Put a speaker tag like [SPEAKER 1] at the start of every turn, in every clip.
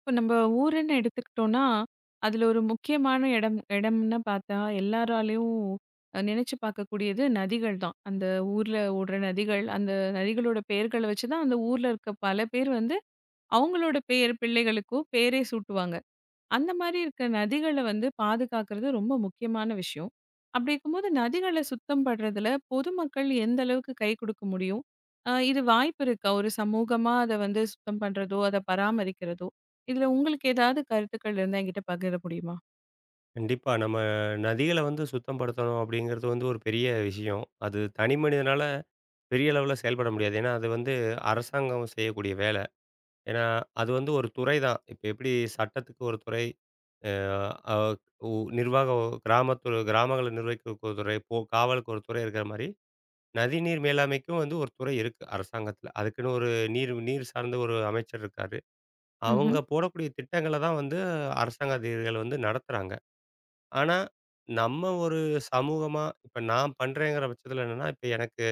[SPEAKER 1] இப்போ நம்ம ஊருன்னு எடுத்துக்கிட்டோம்னா, அதில ஒரு முக்கியமான இடம்னு பார்த்தா, எல்லாராலயும் நினைச்சு பார்க்கக்கூடியது நதிகள் தான். அந்த ஊர்ல ஓடுற நதிகள், அந்த நதிகளோட பெயர்கள வச்சு தான் அந்த ஊர்ல இருக்க பல பேர் வந்து, அவங்களோட பெயர் பிள்ளைகளுக்கும் பேரே சூட்டுவாங்க. அந்த மாரி இருக்க நதிகள வந்து பாதுகாக்கிறது ரொம்ப முக்கியமான விஷயம். அப்படி இருக்கும்போது நதிகள சுத்தம் படுறதுல பொதுமக்கள் எந்த அளவுக்கு கை குடுக்க முடியும்? இது வாய்ப்பு இருக்கா? ஒரு சமூகமா அத வந்து சுத்தம் பண்றதோ, அத பராமரிக்கிறதோ, இதுல உங்களுக்கு ஏதாவது கருத்துக்கள் இருந்தா என்கிட்ட பகிர முடியுமா?
[SPEAKER 2] கண்டிப்பா. நம்ம நதிகள வந்து சுத்தம் படுத்தணும் அப்படிங்கிறது வந்து ஒரு பெரிய விஷயம். அது தனி மனிதனால பெரிய அளவுல செயல்பட முடியாது. ஏன்னா, அது வந்து அரசாங்கம் செய்யக்கூடிய வேலை. ஏன்னா, அது வந்து ஒரு துறை தான். இப்ப எப்படி சட்டத்துக்கு ஒரு துறை, அ அ உ நிர்வாக கிராமங்கள நிர்வகிக்கிறதுக்கு ஒரு துறை, போ காவலுக்கு ஒரு துறை இருக்கிற மாரி, நதிநீர் மேலாண்மைக்கும் வந்து ஒரு துறை இருக்கு அரசாங்கத்தில. அதுக்குன்னு ஒரு நீர் நீர் சார்ந்த ஒரு அமைச்சர் இருக்காரு. அவங்க
[SPEAKER 1] ம்ஹ்ம்,
[SPEAKER 2] போடக்கூடிய திட்டங்கள தான் வந்து அரசாங்க அதிகாரிகள் வந்து நடத்துறாங்க. ஆனா, நம்ம ஒரு சமூகமா இப்ப நான் பண்றேங்கிற பட்சத்தில என்னன்னா, இப்ப எனக்கு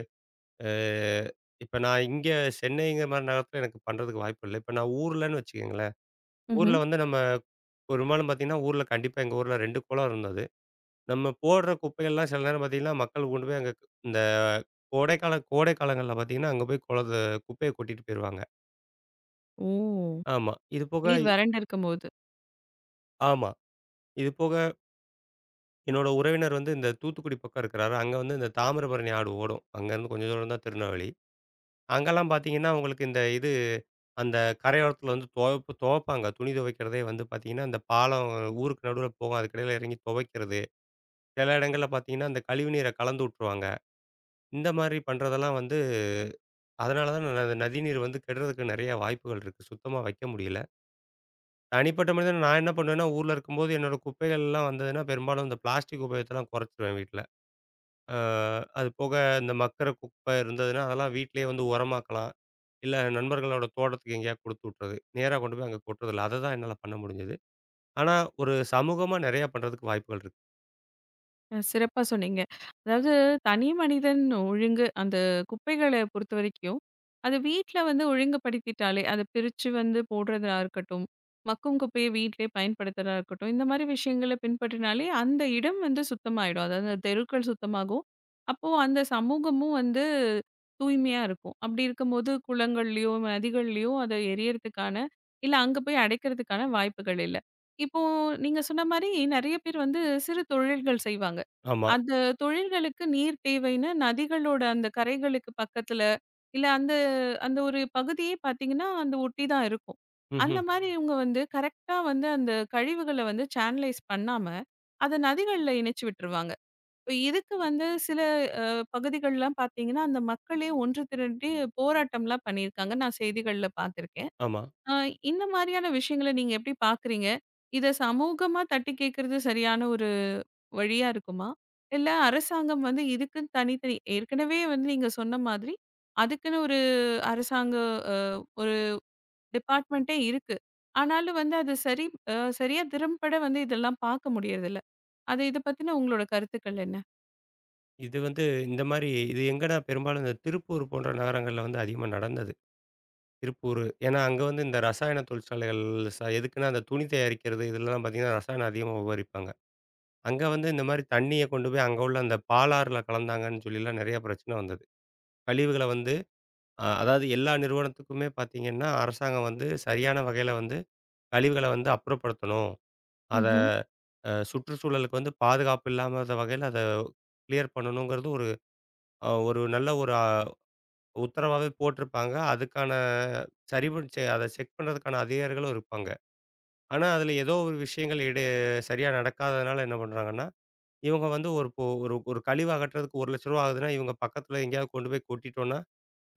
[SPEAKER 2] அ இப்ப நான் இங்க சென்னைங்கிற மாரி நகரத்தில எனக்கு பண்றதுக்கு வாய்ப்பு இல்ல. இப்ப நான் ஊர்லன்னு வச்சுக்கங்களேன். ஊர்ல
[SPEAKER 1] ம்ஹ்ம்.
[SPEAKER 2] வந்து நம்ம பெரும்பாலும் பார்த்தீங்கன்னா, ஊர்ல கண்டிப்பா எங்க ஊர்ல 2 குளம் இருந்தது. நம்ம போடுற குப்பைகள்லாம் சில நேரம் பார்த்தீங்கன்னா, மக்கள் கொண்டு போய் அங்க இந்த கோடை காலங்கள்ல பார்த்தீங்கன்னா, அங்க போய் குளத்த குப்பைய கொட்டிட்டு போயிருவாங்க.
[SPEAKER 1] ஓ!
[SPEAKER 2] ஆமா. இது போக
[SPEAKER 1] நீர் வறண்டு இருக்கும்போது.
[SPEAKER 2] ஆமா. இது போக என்னோட உறவினர் வந்து இந்த தூத்துக்குடி பக்கம் இருக்கிறாரு. அங்க வந்து இந்த தாமிரபரணி ஆறு ஓடும். அங்கேருந்து கொஞ்சம் தூரம் தான் திருநெல்வேலி. அங்கெல்லாம் பார்த்தீங்கன்னா, உங்களுக்கு இந்த இது அந்த கரையோரத்தில வந்து துவைப்பாங்க. துணி துவைக்கிறதே வந்து பார்த்தீங்கன்னா, அந்த பாலம் ஊருக்கு நடுவுல போகும். அதுக்கிடையில இறங்கி துவைக்கிறது. சில இடங்கள்ல பார்த்தீங்கன்னா, அந்த கழிவு நீர கலந்து விட்டுருவாங்க. இந்த மாதிரி பண்றதெல்லாம் வந்து அதனால தான் நதி நீர் வந்து கெடுறதுக்கு நெறைய வாய்ப்புகள் இருக்கு. சுத்தமா வைக்க முடியல. தனிப்பட்ட மனிதன் நான் என்ன பண்ணுவேன்னா, ஊர்ல இருக்கும்போது என்னோட குப்பைகள்லாம் வந்ததுன்னா, பெரும்பாலும் இந்த பிளாஸ்டிக் உபயோகத்தலாம் குறைச்சுருவேன் வீட்ல. அ அது போக இந்த மக்குற குப்பை இருந்ததுன்னா, அதெல்லாம் வீட்லயே வந்து உரமாக்கலாம். இல்ல நண்பர்களோட தோட்டத்துக்கு எங்கேயாவது குடுத்து விட்டுறது. நேரா கொண்டு போய் அங்க கொட்டுறதில்ல. அதுதான் என்னால பண்ண முடிஞ்சது. ஆனா, ஒரு சமூகமா நெறையா பண்றதுக்கு வாய்ப்புகள் இருக்கு.
[SPEAKER 1] சிறப்பா சொன்னீங்க. அதாவது தனி மனிதன் ஒழுங்கு அந்த குப்பைகள பொறுத்தவரைக்கும், அது வீட்ல வந்து ஒழுங்குபடுத்திட்டாலே, அத பிரிச்சு வந்து போடுறதா இருக்கட்டும், மக்கும் குப்பைய வீட்டிலே பயன்படுத்துறதா இருக்கட்டும், இந்த மாரி விஷயங்கள பின்பற்றினாலே அந்த இடம் வந்து சுத்தமாயிடும். அதாவது அந்த தெருக்கள் சுத்தமாகும். அப்போ அந்த சமூகமும் வந்து தூய்மையா இருக்கும். அப்படி இருக்கும்போது குளங்கள்லயோ, நதிகள்லயோ அத எரியறதுக்கான இல்ல அங்க போய் அடைக்கிறதுக்கான வாய்ப்புகள் இல்ல. இப்போ நீங்க சொன்ன மாரி நெறைய பேர் வந்து சிறு தொழில்கள் செய்வாங்க.
[SPEAKER 2] ஆமா.
[SPEAKER 1] அந்த தொழில்களுக்கு நீர் தேவைன்னு நதிகளோட அந்த கரைகளுக்கு பக்கத்துல, இல்ல அந்த அந்த ஒரு பகுதியே பார்த்தீங்கன்னா, அந்த ஒட்டி தான் இருக்கும். அந்த
[SPEAKER 2] ம்ஹ்ம்.
[SPEAKER 1] மாரி இவங்க வந்து கரெக்ட்டா வந்து அந்த கழிவுகள வந்து சேனலைஸ் பண்ணாம, அத நதிகள்ல இணைச்சு விட்டுருவாங்க. இப்ப இதுக்கு வந்து சில அ பகுதிகள்லாம் பார்த்தீங்கன்னா, அந்த மக்களே ஒன்று திரண்டு போராட்டம்லாம் பண்ணியிருக்காங்க. நான் செய்திகள்ல பார்த்துருக்கேன்.
[SPEAKER 2] ஆமா.
[SPEAKER 1] ஆ, இந்த மாதிரியான விஷயங்கள நீங்க எப்படி பார்க்குறீங்க? இத சமூகமா தட்டி கேட்கறது சரியான ஒரு வழியா இருக்குமா? இல்ல அரசாங்கம் வந்து இதுக்குன்னு தனித்தனி ஏற்கனவே வந்து நீங்க சொன்ன மாதிரி, அதுக்குன்னு ஒரு அரசாங்க அ ஒரு டிபார்ட்மெண்ட்டே இருக்கு. ஆனாலும் வந்து அது சரி அ சரியா திறம்பட வந்து இதெல்லாம் பார்க்க முடியறதில்ல. அது இத பத்தின உங்களோட கருத்துக்கள் என்ன?
[SPEAKER 2] இது வந்து இந்த மாரி இது எங்கனா பெரும்பாலும் இந்த திருப்பூர் போன்ற நகரங்கள்ல வந்து அதிகமா நடந்தது. திருப்பூர். ஏன்னா, அங்க வந்து இந்த ரசாயன தொழிற்சாலைகள் எதுக்குன்னா, அந்த துணி தயாரிக்கிறது இதெல்லாம் பார்த்தீங்கன்னா, ரசாயனம் அதிகமா உபகரிப்பாங்க. அங்க வந்து இந்த மாரி தண்ணிய கொண்டு போய் அங்க உள்ள அந்த பாலாறுல கலந்தாங்கன்னு சொல்லிலாம் நெறைய பிரச்சனை வந்தது. கழிவுகள வந்து அதாவது எல்லா நிறுவனத்துக்குமே பார்த்தீங்கன்னா, அரசாங்கம் வந்து சரியான வகையில வந்து கழிவுகள வந்து அப்புறப்படுத்தணும். அத
[SPEAKER 1] ம்ஹ்ம்.
[SPEAKER 2] சுற்றுச்சூழலுக்கு வந்து பாதுகாப்பு இல்லாத வகையில அத கிளியர் பண்ணணுங்கிறது ஒரு அ ஒரு நல்ல ஒரு அ உத்தரவாவே போட்டிருப்பாங்க. அதுக்கான சரிப செ அத செக் பண்ணுறதுக்கான அதிகாரிகளும் இருப்பாங்க. ஆனா, அதில ஏதோ ஒரு விஷயங்கள் சரியா நடக்காததுனால என்ன பண்றாங்கன்னா, இவங்க வந்து ஒரு இப்போ ஒரு ஒரு கழிவு அகற்றதுக்கு ரூ. 1,00,000 ஆகுதுன்னா, இவங்க பக்கத்தில எங்கேயாவது கொண்டு போய் கொட்டிட்டோம்னா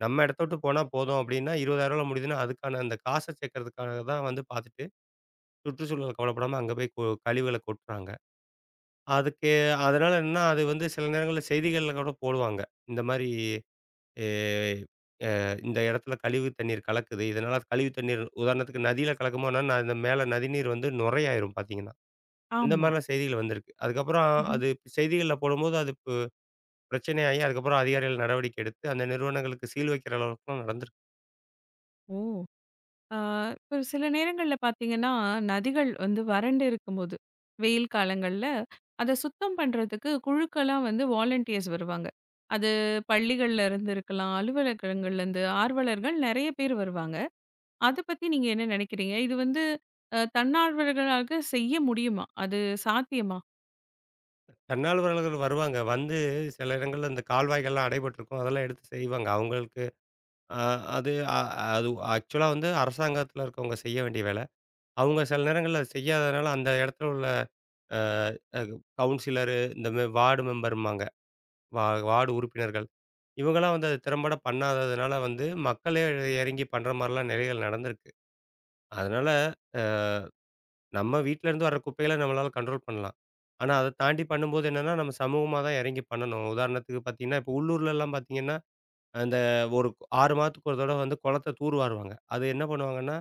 [SPEAKER 2] நம்ம இடத்த விட்டு போனா போதும் அப்டின்னா, ரூ. 20,000ல முடியுதுன்னா, அதுக்கான அந்த காச சேர்க்கறதுக்காக தான் வந்து பார்த்துட்டு, சுற்றுச்சூழல கவலைப்படாம அங்க போய் கழிவுகள கொட்டுறாங்க. அதுக்கு அதனால என்னன்னா, அது வந்து சில நேரங்கள்ல செய்திகள்ல கூட போடுவாங்க. இந்த மாரி எ இந்த இடத்துல கழிவு தண்ணீர் கலக்குது. இதனால கழிவு தண்ணீர் உதாரணத்துக்கு நதியில கலக்கும்போனா, இந்த மேல நதி நீர் வந்து நுரையாயிரும் பார்த்தீங்கன்னா. இந்த
[SPEAKER 1] ஆமா.
[SPEAKER 2] மாரிலாம் செய்திகள் வந்திருக்கு. அதுக்கப்புறம்
[SPEAKER 1] ம்ஹ்ம்.
[SPEAKER 2] அது செய்திகள்ல போடும்போது அது பிரச்சனையாகி, அதுக்கப்புறம் அதிகாரிகள் நடவடிக்கை எடுத்து, அந்த நிறுவனங்களுக்கு சீல் வைக்கிற அளவுக்குலாம் நடந்திருக்கு.
[SPEAKER 1] ஓ! ஆ, இப்போ சில நேரங்கள்ல பார்த்தீங்கன்னா, நதிகள் வந்து வறண்டு இருக்கும்போது, வெயில் காலங்கள்ல அத சுத்தம் பண்றதுக்கு குழுக்களா வந்து வாலண்டியர்ஸ் வருவாங்க. அது பள்ளிகள்ல இருந்து இருக்கலாம், அலுவலகங்கள்லேருந்து ஆர்வலர்கள் நெறைய பேர் வருவாங்க. அத பத்தி நீங்க என்ன நினைக்கிறீங்க? இது வந்து தன்னார்வலர்களாக செய்ய முடியுமா? அது சாத்தியமா?
[SPEAKER 2] தன்னார்வலர்கள் வருவாங்க. வந்து சில இடங்கள்ல இந்த கால்வாய்கள்லாம் அடைபட்டிருக்கும். அதெல்லாம் எடுத்து செய்வாங்க. அவங்களுக்கு அ அது அ அது ஆக்சுவலா வந்து அரசாங்கத்தில இருக்கவங்க செய்ய வேண்டிய வேலை. அவங்க சில நேரங்கள்ல அத செய்யாதனால அந்த இடத்துல உள்ள அ அ கவுன்சிலரு இந்த வார்டு மெம்பர்ம்பாங்க. வா வார்டு உறுப்பினர்கள். இவங்கலாம் வந்து அத திறம்பட பண்ணாததுனால வந்து மக்களே இறங்கி பண்ற மாரிலாம் நிலைகள் நடந்திருக்கு. அதனால அ நம்ம வீட்லருந்து வர குப்பைகள நம்மளால கண்ட்ரோல் பண்ணலாம். ஆனா, அத தாண்டி பண்ணும்போது என்னன்னா, நம்ம சமூகமா தான் எறங்கி பண்ணணும். உதாரணத்துக்கு பார்த்தீங்கன்னா, இப்போ உள்ளூர்லலாம் பார்த்தீங்கன்னா, அந்த ஒரு 6 மாதத்துக்கு ஒரு தடவ வந்து குளத்த தூர்வாருவாங்க. அது என்ன பண்ணுவாங்கன்னா,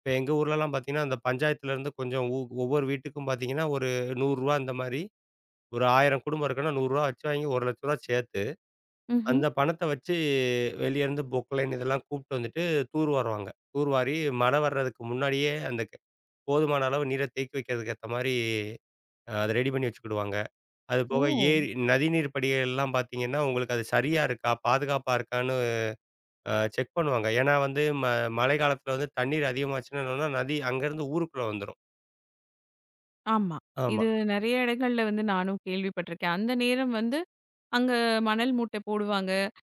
[SPEAKER 2] இப்ப எங்க ஊர்லலாம் பார்த்தீங்கன்னா, அந்த பஞ்சாயத்துலருந்து கொஞ்சம் ஒவ்வொரு வீட்டுக்கும் பார்த்தீங்கன்னா, ஒரு ரூ. 100 அந்த மாரி ஒரு 1000 குடும்பம் இருக்குன்னா, ரூ. 100 வச்சு வாங்கி ரூ. 1,00,000 சேர்த்து,
[SPEAKER 1] ம்ஹ்ம்.
[SPEAKER 2] அந்த பணத்த வச்சு வெளியருந்து பொக்லைன் இதெல்லாம் கூப்ட்டு வந்துட்டு தூர்வாருவாங்க. தூர்வாரி மழை வர்றதுக்கு முன்னாடியே அந்த க போதுமான அளவு நீர தேக்கி வைக்கிறதுக்கு ஏத்த மாரி அத ரெடி பண்ணி வச்சுக்கிடுவாங்க. அது
[SPEAKER 1] ஓ!
[SPEAKER 2] போக ஏரி, நதிநீர் படிகள் எல்லாம் பார்த்தீங்கன்னா, உங்களுக்கு அது சரியா இருக்கா? பாதுகாப்பா இருக்கான்னு செக் பண்ணுவாங்க. ஏன்னா வந்து மழை காலத்துல வந்து தண்ணீர் அதிகமாச்சுன்னா என்னன்னா, நதி அங்கேருந்து ஊருக்குள்ள வந்துரும்.
[SPEAKER 1] ஆமா.
[SPEAKER 2] ஆமா,
[SPEAKER 1] இது நெறைய இடங்கள்ல வந்து நானும் கேள்விப்பட்டிருக்கேன். அந்த நேரம் வந்து அங்க மணல் மூட்டை போடுவாங்க.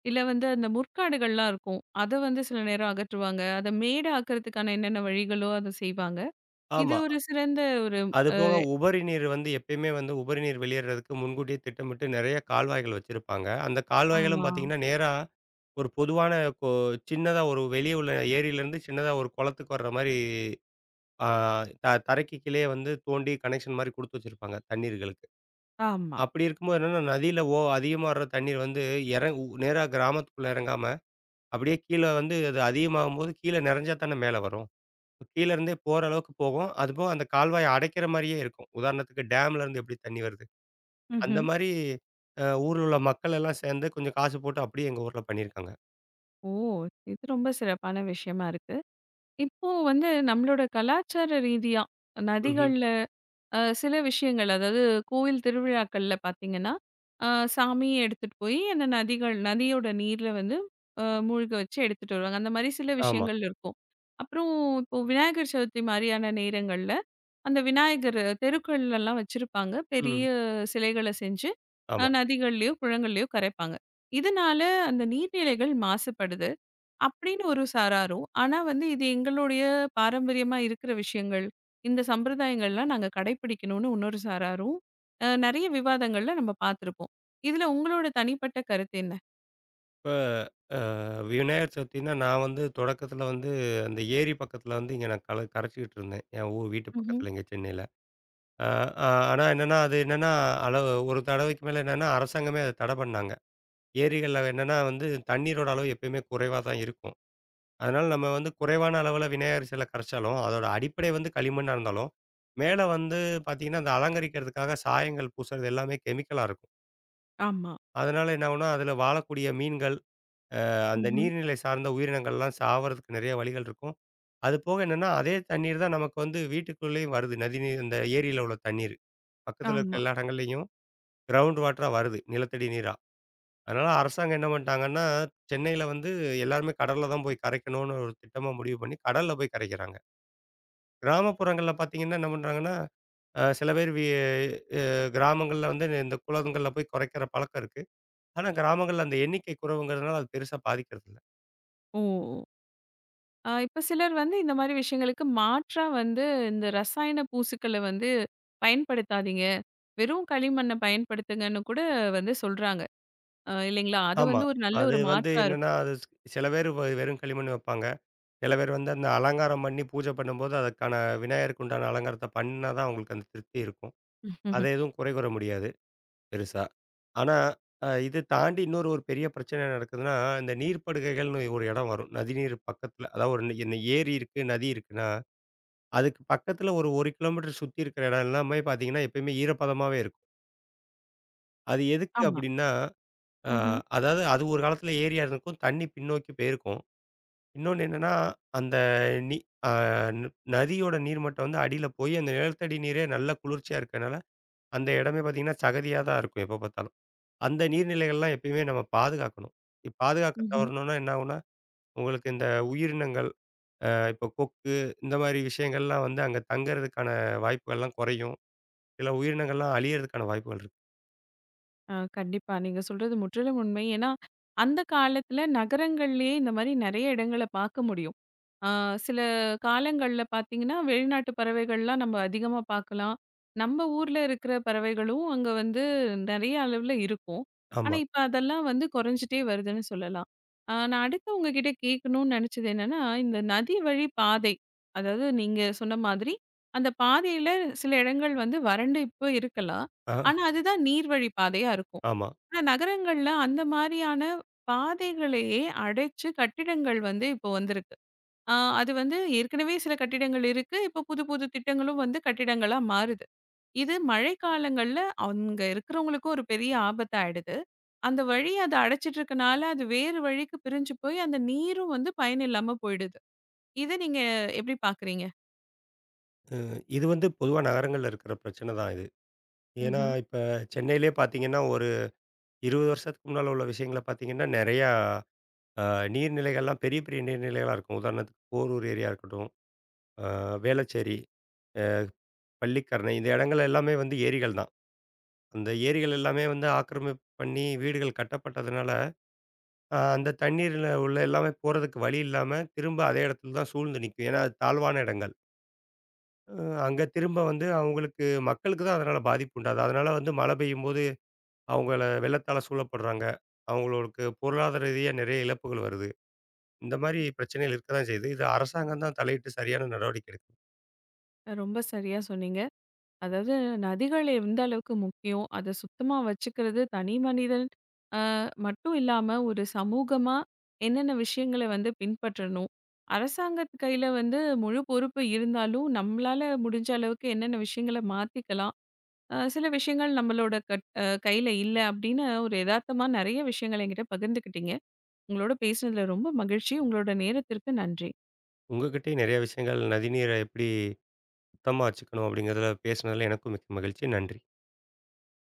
[SPEAKER 1] இல்ல வந்து அந்த முற்காடுகள்லாம் இருக்கும். அத வந்து சில நேரம் அகற்றுவாங்க. அத மேடு ஆக்குறதுக்கான என்னென்ன வழிகளோ அத செய்வாங்க. இது
[SPEAKER 2] ஆமா.
[SPEAKER 1] ஒரு சிறந்த ஒரு
[SPEAKER 2] அது போக உபரி நீர் வந்து எப்பயுமே வந்து உபரி நீர் வெளியேறதுக்கு முன்கூட்டியே திட்டமிட்டு நெறைய கால்வாய்கள் வச்சிருப்பாங்க. அந்த கால்வாய்களும்
[SPEAKER 1] ஆமா.
[SPEAKER 2] பார்த்தீங்கன்னா, நேரா ஒரு பொதுவான கொ சின்னதா ஒரு வெளிய உள்ள ஏரியிலேருந்து சின்னதா ஒரு குளத்துக்கு வர்ற மாரி, ஆ த தரைக்கு கீழயே வந்து தோண்டி கனெக்ஷன் மாரி குடுத்து வச்சிருப்பாங்க தண்ணீர்களுக்கு.
[SPEAKER 1] ஆமா. ஆமா.
[SPEAKER 2] அப்படி இருக்கும்போது என்னன்னா, நதியில அதிகமா வர்ற தண்ணீர் வந்து இறங் உ நேரா கிராமத்துக்குள்ள இறங்காம, அப்படியே கீழ வந்து அது அதிகமாகும்போது கீழ நிறைஞ்சா தானே மேல வரும். கீழ இருந்தே போற அளவுக்கு போகும். அதுபோக அந்த கால்வாய அடைக்கிற மாரியே இருக்கும். உதாரணத்துக்கு டேம்ல இருந்து எப்படி தண்ணி வருது? அந்த
[SPEAKER 1] ம்ஹ்ம்.
[SPEAKER 2] மாரி ஊர்ல உள்ள மக்கள் எல்லாம் சேர்ந்து கொஞ்சம் காசு போட்டு அப்படியே எங்க ஊர்ல பண்ணியிருக்காங்க.
[SPEAKER 1] ஓ! இது ரொம்ப சிறப்பான விஷயமா இருக்கு. இப்போ வந்து நம்மளோட கலாச்சார ரீதியா
[SPEAKER 2] ம்ஹ்ம்.
[SPEAKER 1] நதிகள்ல சில விஷயங்கள் அதாவது கோயில் திருவிழாக்கள்ல பாத்தீங்கன்னா சாமியை எடுத்துட்டு போய் அந்த நதியோட நீர்ல வந்து மூழ்க வச்சு எடுத்துட்டு வருவாங்க. அந்த மாதிரி சில
[SPEAKER 2] ஆமா.
[SPEAKER 1] விஷயங்கள் இருக்கும். அப்புறம் இப்போ விநாயகர் சதுர்த்தி மாதிரியான நேரங்கள்ல அந்த விநாயகர் தெருக்கள்ல எல்லாம் வச்சிருப்பாங்க பெரிய
[SPEAKER 2] ம்.
[SPEAKER 1] சிலைகளை செஞ்சு
[SPEAKER 2] ஆமா.
[SPEAKER 1] நதிகள்லயோ குளங்கள்லயோ கரைப்பாங்க. இதனால அந்த நீர்நிலைகள் மாசுபடுது அப்படின்னு ஒரு சாராரும். ஆனா வந்து இது எங்களுடைய பாரம்பரியமா இருக்கிற விஷயங்கள். இந்த சம்பிரதாயங்கள்லாம் நாங்க கடைபிடிக்கணும்னு இன்னொரு சாராரும். நெறைய விவாதங்கள்ல நம்ம பார்த்துருப்போம். இதுல உங்களோட தனிப்பட்ட கருத்து என்ன?
[SPEAKER 2] இப்ப அ விநாயகர் சதுர்த்தின்னா, நான் வந்து தொடக்கத்துல வந்து அந்த ஏரி பக்கத்துல வந்து இங்க நான் கரைச்சுக்கிட்டு இருந்தேன். என் வீட்டு
[SPEAKER 1] ம்ஹ்ம்.
[SPEAKER 2] பக்கத்துல இங்க சென்னையில. அ, அ ஆனா என்னன்னா, அது என்னன்னா அளவு ஒரு தடவைக்கு மேல என்னன்னா, அரசாங்கமே அத தடை பண்ணாங்க. ஏரிகள்ல என்னன்னா வந்து தண்ணீரோட அளவு எப்பயுமே குறைவா தான் இருக்கும். அதனால நம்ம வந்து குறைவான அளவுல விநாயகர் சிலை கரைச்சாலும், அதோட அடிப்படை வந்து களிமண்ணா இருந்தாலும், மேல வந்து பார்த்தீங்கன்னா, அந்த அலங்கரிக்கிறதுக்காக சாயங்கள் பூசுறது எல்லாமே கெமிக்கலா இருக்கும்.
[SPEAKER 1] ஆமா.
[SPEAKER 2] அதனால என்ன ஆகும்னா, அதுல வாழக்கூடிய மீன்கள், அந்த
[SPEAKER 1] ம்ஹ்ம்.
[SPEAKER 2] நீர்நிலை சார்ந்த உயிரினங்கள்லாம் சாவறதுக்கு நெறைய வழிகள் இருக்கும். அது போக என்னன்னா, அதே தண்ணீர் தான் நமக்கு வந்து வீட்டுக்குள்ளேயும் வருது. நதி நீர் இந்த ஏரியில உள்ள தண்ணீர். பக்கத்துல இருக்க
[SPEAKER 1] ஆமா.
[SPEAKER 2] எல்லா இடங்கள்லயும் கிரவுண்ட் வாட்டரா வருது. நிலத்தடி நீரா. அதனால அரசாங்கம் என்ன பண்ணிட்டாங்கன்னா, சென்னையில வந்து எல்லாருமே கடல்ல தான் போய் கரைக்கணும்னு ஒரு திட்டமா முடிவு பண்ணி, கடல்ல போய் கரைக்கிறாங்க. கிராமப்புறங்கள்ல பார்த்தீங்கன்னா, என்ன பண்றாங்கன்னா, அ சில பேர் வி அ கிராமங்கள்ல வந்து இந்த குளங்கள்ல போய் குறைக்கிற பழக்கம் இருக்கு. ஆனா கிராமங்கள்ல அந்த எண்ணிக்கை குறைவுங்கிறதுனால அது பெருசா பாதிக்கிறதில்ல.
[SPEAKER 1] ஓ! இப்ப சிலர் வந்து இந்த மாரி விஷயங்களுக்கு மாற்றா வந்து இந்த ரசாயன பூசுக்கள வந்து பயன்படுத்தாதீங்க. வெறும் களிமண்ண பயன்படுத்துங்கன்னு கூட வந்து சொல்றாங்க. இல்லைங்களா? அது
[SPEAKER 2] ஆமா.
[SPEAKER 1] வந்து ஒரு நல்ல
[SPEAKER 2] அது
[SPEAKER 1] ஒரு
[SPEAKER 2] வந்து
[SPEAKER 1] மாற்றா இருக்கும்.
[SPEAKER 2] என்னன்னா, சில பேர் வெறும் களிமண் வைப்பாங்க. சில பேர் வந்து அந்த அலங்காரம் பண்ணி பூஜை பண்ணும்போது, அதுக்கான விநாயகருக்கு உண்டான அலங்காரத்த பண்ணா தான் அவங்களுக்கு அந்த திருப்தி இருக்கும். அத
[SPEAKER 1] ம்ஹும்.
[SPEAKER 2] எதுவும் குறை கூற முடியாது. பெருசா. ஆனா, இது தாண்டி இன்னொரு ஒரு பெரிய பிரச்சனை என்ன நடக்குதுன்னா, இந்த நீர்ப்படுகைகள்னு ஒரு இடம் வரும். நதிநீர் பக்கத்துல அதாவது என்ன ஏரி இருக்கு, நதி இருக்குன்னா, அதுக்கு பக்கத்துல ஒரு 1 கிலோமீட்டர் சுத்தி இருக்கிற இடம் எல்லாமே பார்த்தீங்கன்னா, எப்பயுமே ஈரப்பதமாவே இருக்கும். அது எதுக்கு
[SPEAKER 1] ஆமா.
[SPEAKER 2] அப்டின்னா, அ அதாவது அது ஒரு காலத்துல ஏரியா இருந்திருக்கும். தண்ணி பின்னோக்கி போயிருக்கும். இன்னொன்னு என்னன்னா, அந்த நீ அ ந நதியோட நீர்மட்டம் வந்து அடியில போய் அந்த நிலத்தடி நீரே நல்ல குளிர்ச்சியா இருக்கனால, அந்த இடமே பார்த்தீங்கன்னா, சகதியா தான் இருக்கும் எப்ப பார்த்தாலும். அந்த நீர்நிலைகள்லாம் எப்பயுமே நம்ம பாதுகாக்கணும். பாதுகாக்க
[SPEAKER 1] ம்ஹ்ம்.
[SPEAKER 2] தவறுனோம்னா என்ன ஆகும்னா, உங்களுக்கு இந்த உயிரினங்கள் இப்போ கொக்கு இந்த மாரி விஷயங்கள்லாம் வந்து அங்க தங்குறதுக்கான வாய்ப்புகள்லாம் குறையும். சில உயிரினங்கள்லாம் அழியறதுக்கான வாய்ப்புகள் இருக்கு.
[SPEAKER 1] ஆ கண்டிப்பா. நீங்க சொல்றது முற்றிலும் உண்மை. ஏன்னா, அந்த காலத்துல நகரங்கள்லயே இந்த மாரி நெறைய இடங்கள பார்க்க முடியும். ஆ சில காலங்கள்ல பார்த்தீங்கன்னா, வெளிநாட்டு பறவைகள்லாம் நம்ம அதிகமா பார்க்கலாம். நம்ம ஊர்ல இருக்கிற பறவைகளும் அங்க வந்து நெறைய அளவுல இருக்கும். ஆனா,
[SPEAKER 2] ஆமா.
[SPEAKER 1] இப்ப அதெல்லாம் வந்து குறைஞ்சிட்டே வருதுன்னு சொல்லலாம். ஆ நான் அடுத்து உங்ககிட்ட கேட்கணும்னு நெனச்சது என்னன்னா, இந்த நதி வழி பாதை, அதாவது நீங்க சொன்ன மாதிரி, அந்த பாதையில சில இடங்கள் வந்து வறண்டு இப்ப இருக்கலாம்.
[SPEAKER 2] ஆ
[SPEAKER 1] ஆனா, அதுதான் நீர்வழி பாதையா இருக்கும்.
[SPEAKER 2] ஆமா.
[SPEAKER 1] ஆனா, நகரங்கள்ல அந்த மாரியான பாதைகளையே அடைச்சு கட்டிடங்கள் வந்து இப்போ வந்திருக்கு. ஆ அது வந்து ஏற்கனவே சில கட்டிடங்கள் இருக்கு. இப்போ புது புது திட்டங்களும் வந்து கட்டிடங்களா மாறுது. இது மழைக்காலங்கள்ல அங்க இருக்கிறவங்களுக்கும் ஒரு பெரிய ஆபத்தாயிடுது. அந்த வழி அத அடைச்சிட்டு இருக்கனால, அது வேறு வழிக்கு பிரிஞ்சு போய் அந்த நீரும் வந்து பயனில்லாம போயிடுது. இத நீங்க எப்படி பார்க்குறீங்க?
[SPEAKER 2] இது வந்து பொதுவா நகரங்கள்ல இருக்கிற பிரச்சனை தான் இது. ஏன்னா,
[SPEAKER 1] ம்ஹ்ம்.
[SPEAKER 2] இப்ப சென்னையிலேயே பார்த்தீங்கன்னா, ஒரு 20 வருஷத்துக்கு முன்னால உள்ள விஷயங்கள பார்த்தீங்கன்னா, நெறையா அ நீர்நிலைகள்லாம் பெரிய, பெரிய நீர்நிலைகளா இருக்கும். உதாரணத்துக்கு போரூர் ஏரியா இருக்கட்டும், அ வேளச்சேரி, பள்ளிக்கரணை இந்த இடங்கள் எல்லாமே வந்து ஏரிகள் தான். அந்த ஏரிகள் எல்லாமே வந்து ஆக்கிரமிப்பு பண்ணி வீடுகள் கட்டப்பட்டதுனால, அந்த தண்ணீர்ல உள்ள எல்லாமே போறதுக்கு வழி இல்லாம, திரும்ப அதே இடத்துல தான் சூழ்ந்து நிக்கும். ஏன்னா, அது தாழ்வான இடங்கள். அ அங்க திரும்ப வந்து அவங்களுக்கு மக்களுக்கு தான் அதனால பாதிப்பு உண்டாகுது. அதனால வந்து மழை பெய்யும்போது அவங்கள வெள்ளத்தால சூழப்படுறாங்க. அவங்களுக்கு பொருளாதார ரீதியா நிறைய இழப்புகள் வருது. இந்த மாரி பிரச்சனைகள் இருக்க தான் செய்யுது. இது அரசாங்கம் தான் தலையிட்டு சரியான நடவடிக்கை எடுக்கணும்.
[SPEAKER 1] ரொம்ப சரியா சொன்னீங்க. அதாவது நதிகள் எந்த அளவுக்கு முக்கியம், அத சுத்தமா வச்சுக்கிறது தனி மனிதன் அ மட்டும் இல்லாம ஒரு சமூகமா என்னென்ன விஷயங்கள வந்து பின்பற்றணும். அரசாங்கத்து கையில வந்து முழு பொறுப்பு இருந்தாலும், நம்மளால முடிஞ்ச அளவுக்கு என்னென்ன விஷயங்கள மாத்திக்கலாம். சில விஷயங்கள் நம்மளோட கட் அ கையில இல்ல அப்படின்னு ஒரு எதார்த்தமா நெறைய விஷயங்கள என்கிட்ட பகிர்ந்துக்கிட்டீங்க. உங்களோட பேசினதுல ரொம்ப மகிழ்ச்சி. உங்களோட நேரத்திற்கு நன்றி.
[SPEAKER 2] உங்ககிட்டயும் நிறைய விஷயங்கள் நதிநீரை எப்படி சுத்தமா வச்சுக்கணும் அப்படிங்கிறதுல பேசினதுல எனக்கும் மிக்க மகிழ்ச்சி. நன்றி.